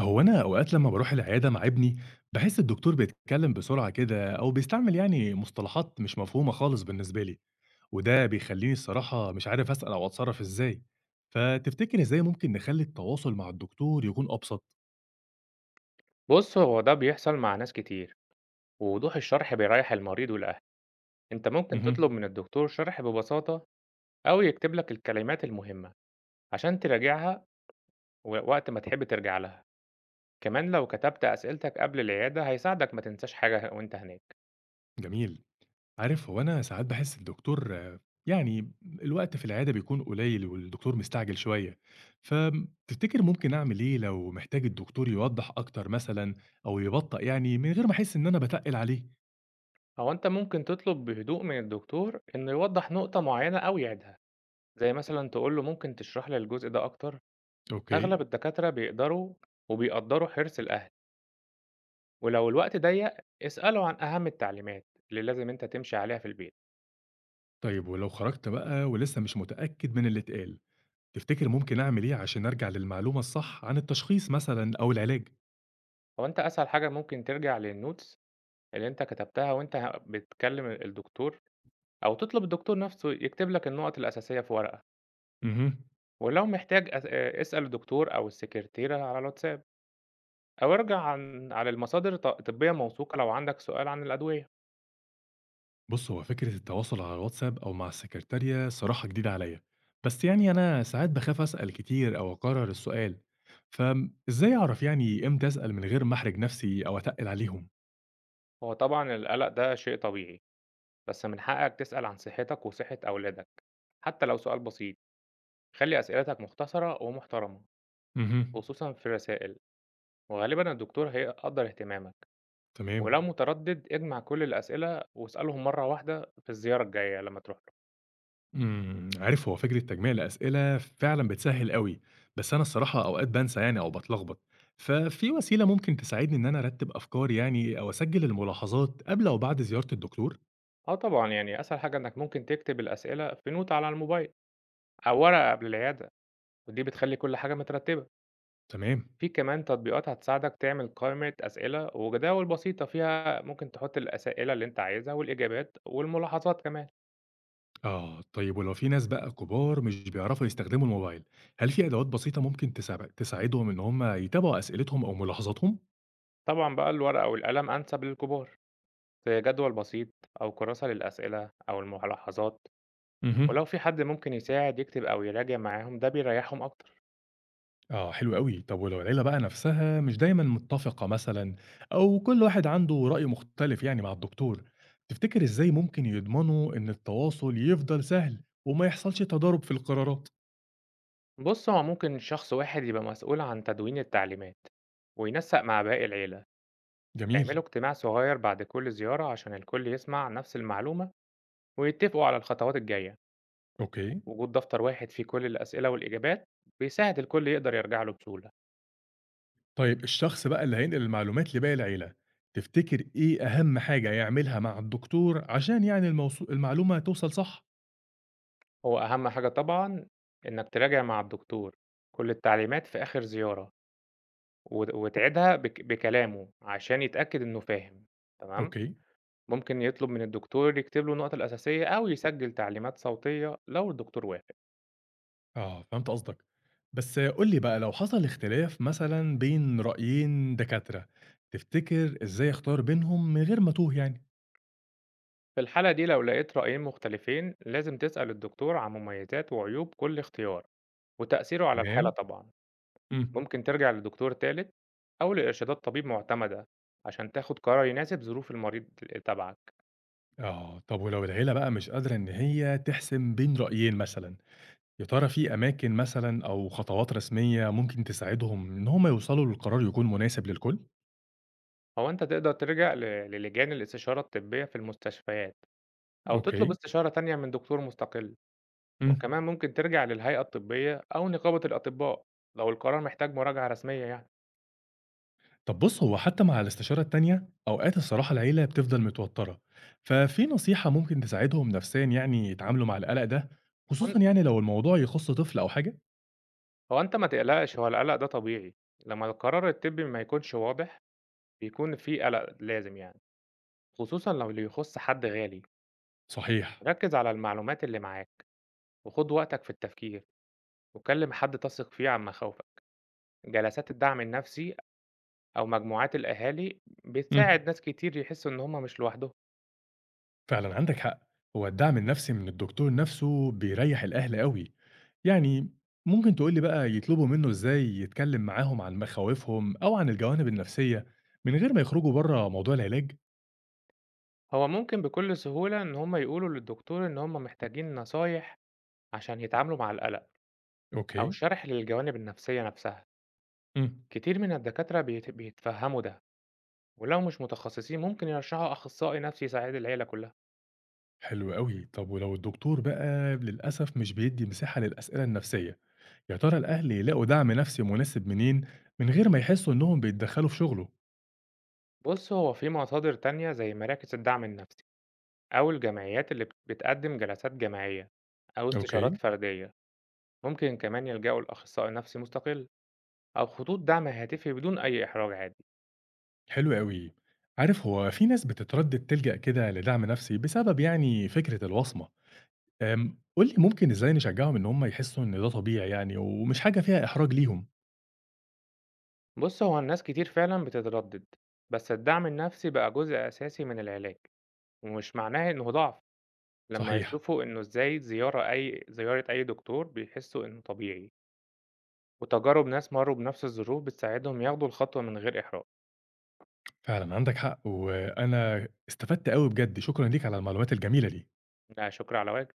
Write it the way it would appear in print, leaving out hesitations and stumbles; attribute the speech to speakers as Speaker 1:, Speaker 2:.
Speaker 1: هو أنا أوقات لمّا باروح العيادة مع ابني، باحس الدكتور بيتكلم بسرعة كده أو بيستعمل يعني مصطلحات مش مفهومة خالص بالنسبة لي، وده بيخلّيني الصراحة مش عارف أسأل أو أتصرّف إزاي. فتفتكر إزاي ممكن نخلّي التواصل مع الدكتور يكون أبسط؟
Speaker 2: بُص، هو ده بيحصل مع ناس كتير، ووضوح الشرح بيريّح المريض والأهل. أنت ممكن
Speaker 1: اهم،
Speaker 2: تطلب من الدكتور شرح ببساطة، أو يكتب لك الكلمات المهمة عشان تراجعها و وقت ما تحب ترجع لها. كمان لو كتبت أسئلتك قبل العيادة هيساعدك ما تنساش حاجة وأنت هناك.
Speaker 1: جميل. عارف هو أنا ساعات باحس الدكتور يعني الوقت في العيادة بيكون قليل والدكتور مستعجل شوية، فتفتكر ممكن أعمل إيه لو محتاج الدكتور يوضّح أكتر مثلًا أو يبطّأ يعني من غير ما أحس إن أنا باتقِّل عليه؟
Speaker 2: أو أنت ممكن تطلب بهدوء من الدكتور إنه يوضح نقطة معينة أو يعيدها، زي مثلًا تقول له: ممكن تشرح لي الجزء ده أكتر؟
Speaker 1: أوكي.
Speaker 2: أغلب الدكاترة بيقدروا وبيقدّروا حرص الأهل. ولو الوقت ضيق، اسأله عن أهم التعليمات اللي لازم أنت تمشي عليها في البيت.
Speaker 1: طيب ولو خرجت بقى ولسه مش متأكد من اللي اتقال، تفتكر ممكن أعمل إيه عشان أرجع للمعلومة الصح عن التشخيص مثلًا أو العلاج؟
Speaker 2: هو أنت أسهل حاجة ممكن ترجع للنوتس اللي أنت كتبتها وأنت بتكلم الدكتور، أو تطلب الدكتور نفسه يكتب لك النقط الأساسية في ورقة.
Speaker 1: مهم.
Speaker 2: ولو محتاج اسأل الدكتور أو السكرتيرة على الواتساب، أو ارجع عن على المصادر طبية موثوقة لو عندك سؤال عن الأدوية.
Speaker 1: بُص، هو فكرة التواصل على الواتساب أو مع السكرتارية صراحة جديدة عليا، بس يعني أنا ساعات باخاف أسأل كتير أو أكرر السؤال، فإزاي أعرف يعني إمتى أسأل من غير ما أحرج نفسي أو أتقل عليهم؟
Speaker 2: هو طبعا القلق ده شيء طبيعي، بس من حقك تسأل عن صحتك وصحة أولادك حتى لو سؤال بسيط. خلي أسئلتك مختصرة ومحترمة،
Speaker 1: مهم.
Speaker 2: خصوصًا في الرسائل، وغالبًا الدكتور هيقدّر اهتمامك.
Speaker 1: تمام.
Speaker 2: ولو متردد اجمع كل الأسئلة واسألهم مرة واحدة في الزيارة الجاية لمّا تروح له.
Speaker 1: إمم، عارف هو فكرة تجميع الأسئلة فعلًا بتسهّل أوي، بس أنا الصراحة أوقات بانسى يعني أو باتلخبط، ففي وسيلة ممكن تساعدني إن أنا أرتّب أفكاري يعني أو أسجّل الملاحظات قبل أو بعد زيارة الدكتور؟
Speaker 2: آه طبعًا، يعني أسهل حاجة إنك ممكن تكتب الأسئلة في نوت على الموبايل أو ورقة قبل العيادة، ودي بتخلّي كل حاجة مترتبة.
Speaker 1: تمام،
Speaker 2: في كمان تطبيقات هتساعدك تعمل قائمة أسئلة وجداول بسيطة فيها، ممكن تحط الأسئلة اللي أنت عايزها والإجابات والملاحظات كمان.
Speaker 1: آه، طيب ولو في ناس بقى كبار مش بيعرفوا يستخدموا الموبايل، هل في أدوات بسيطة ممكن تساعدهم إن هم يتابعوا أسئلتهم أو ملاحظاتهم؟
Speaker 2: طبعًا بقى الورقة والقلم أنسب للكبار، زي جدول بسيط أو كراسة للأسئلة أو الملاحظات. ولو
Speaker 1: اهم.
Speaker 2: في حد ممكن يساعد يكتب أو يراجع معاهم ده بيريحهم أكتر.
Speaker 1: آه، حلو أوي. طب ولو العيلة بقى نفسها مش دايمًا متّفقة مثلًا أو كل واحد عنده رأي مختلف يعني مع الدكتور، تفتكر إزاي ممكن يضمنوا إن التواصل يفضل سهل وما يحصلش تضارب في القرارات؟
Speaker 2: بص، هو ممكن شخص واحد يبقى مسؤول عن تدوين التعليمات وينسق مع باقي العيلة.
Speaker 1: جميل،
Speaker 2: تعملوا اجتماع صغير بعد كل زيارة عشان الكل يسمع نفس المعلومة ويتفقوا على الخطوات الجاية.
Speaker 1: أوكي.
Speaker 2: وجود دفتر واحد فيه كل الأسئلة والإجابات بيساعد الكل يقدر يرجع له بسهولة.
Speaker 1: طيب الشخص بقى اللي هينقل المعلومات لباقي العيلة، تفتكر إيه أهم حاجة يعملها مع الدكتور عشان يعني المعلومة توصل صح؟
Speaker 2: هو أهم حاجة طبعا إنك تراجع مع الدكتور كل التعليمات في آخر زيارة وتعيدها بكلامه عشان يتأكد إنه فاهم تمام.
Speaker 1: أوكي.
Speaker 2: ممكن يطلب من الدكتور يكتب له النقط الأساسية أو يسجل تعليمات صوتية لو الدكتور وافق.
Speaker 1: آه، فهمت قصدك. بس قُل لي بقى لو حصل اختلاف مثلًا بين رأيين دكاترة، تفتكر إزاي أختار بينهم من غير ما أتوه يعني؟
Speaker 2: في الحالة دي لو لقيت رأيين مختلفين لازم تسأل الدكتور عن مميزات وعيوب كل اختيار وتأثيره على الحالة
Speaker 1: تمام،
Speaker 2: طبعا.
Speaker 1: إمم.
Speaker 2: ممكن ترجع لدكتور تالت أو لإرشادات طبيب معتمدة عشان تاخد قرار يناسب ظروف المريض تبعك.
Speaker 1: آه، طب ولو العيلة بقى مش قادرة إن هي تحسم بين رأيين مثلًا، يا ترى في أماكن مثلًا أو خطوات رسمية ممكن تساعدهم إن هم يوصلوا لقرار يكون مناسب للكل؟
Speaker 2: أو أنت تقدر ترجع للجان الاستشارة الطبية في المستشفيات، أو تطلب
Speaker 1: أوكي.
Speaker 2: استشارة تانية من دكتور مستقل.
Speaker 1: إمم.
Speaker 2: وكمان ممكن ترجع للهيئة الطبية أو نقابة الأطباء لو القرار محتاج مراجعة رسمية يعني.
Speaker 1: طب بُص، هو حتى مع الاستشارة التانية، أوقات الصراحة العيلة بتفضل متوتّرة، ففي نصيحة ممكن تساعدهم نفسيًا يعني يتعاملوا مع القلق ده،
Speaker 2: هو
Speaker 1: خصوصًا
Speaker 2: أن-
Speaker 1: يعني لو الموضوع يخُص طفل أو حاجة؟
Speaker 2: هو أنت ما تقلقش، هو القلق ده طبيعي. لما القرار الطبي ما يكونش واضح بيكون في قلق لازم يعني، خصوصا لو اللي يخص حد غالي.
Speaker 1: صحيح،
Speaker 2: ركز على المعلومات اللي معاك وخد وقتك في التفكير وكلم حد تثق فيه عن مخاوفك. جلسات الدعم النفسي أو مجموعات الأهالي
Speaker 1: إمم،
Speaker 2: بتساعد ناس كتير يحسوا إن هم مش لوحدهم.
Speaker 1: فعلًا عندك حق، هو الدعم النفسي من الدكتور نفسه بيريّح الأهل أوي، يعني ممكن تقول لي بقى يطلبوا منه إزاي يتكلم معاهم عن مخاوفهم أو عن الجوانب النفسية من غير ما يخرجوا برّه موضوع العلاج؟
Speaker 2: هو ممكن بكل سهولة إن هم يقولوا للدكتور إن هم محتاجين نصايح عشان يتعاملوا مع القلق، أو
Speaker 1: أوكي،
Speaker 2: الشرح للجوانب النفسية نفسها.
Speaker 1: إمم.
Speaker 2: كتير من الدكاترة بيتفهموا ده، ولو مش متخصصين ممكن يرشحوا أخصائي نفسي يساعد العيلة كلها.
Speaker 1: حلو أوي، طب ولو الدكتور بقى للأسف مش بيدّي مساحة للأسئلة النفسية، يا ترى الأهل يلاقوا دعم نفسي مناسب منين من غير ما يحسّوا إنهم بيتدخّلوا في شغله؟
Speaker 2: بص، هو في مصادر تانية زي مراكز الدعم النفسي أو الجمعيات اللي بتقدم جلسات جماعية أو مهم. استشارات
Speaker 1: أوكي،
Speaker 2: فردية. ممكن كمان يلجأوا لأخصائي نفسي مستقل أو خطوط دعم هاتفي بدون أي إحراج عادي.
Speaker 1: حلو أوي. عارف هو في ناس بتتردّد تلجأ كده لدعم نفسي بسبب يعني فكرة الوصمة، قُل لي ممكن إزاي نشجّعهم إن هُم يحسّوا إن ده طبيعي يعني ومش حاجة فيها إحراج ليهم؟
Speaker 2: بص، هو الناس كتير فعلا بتتردد، بس الدعم النفسي بقى جزء أساسي من العلاج ومش معناه إنه ضعف. لمّا
Speaker 1: صحيح،
Speaker 2: يشوفوا إنه إزاي زيارة أي دكتور بيحسّوا إنه طبيعي، وتجارب ناس مرّوا بنفس الظروف بتساعدهم ياخدوا الخطوة من غير إحراج.
Speaker 1: فعلًا عندك حق، وأنا استفدت أوي بجد، شكرًا ليك على المعلومات الجميلة دي.
Speaker 2: لا شكر على واجب.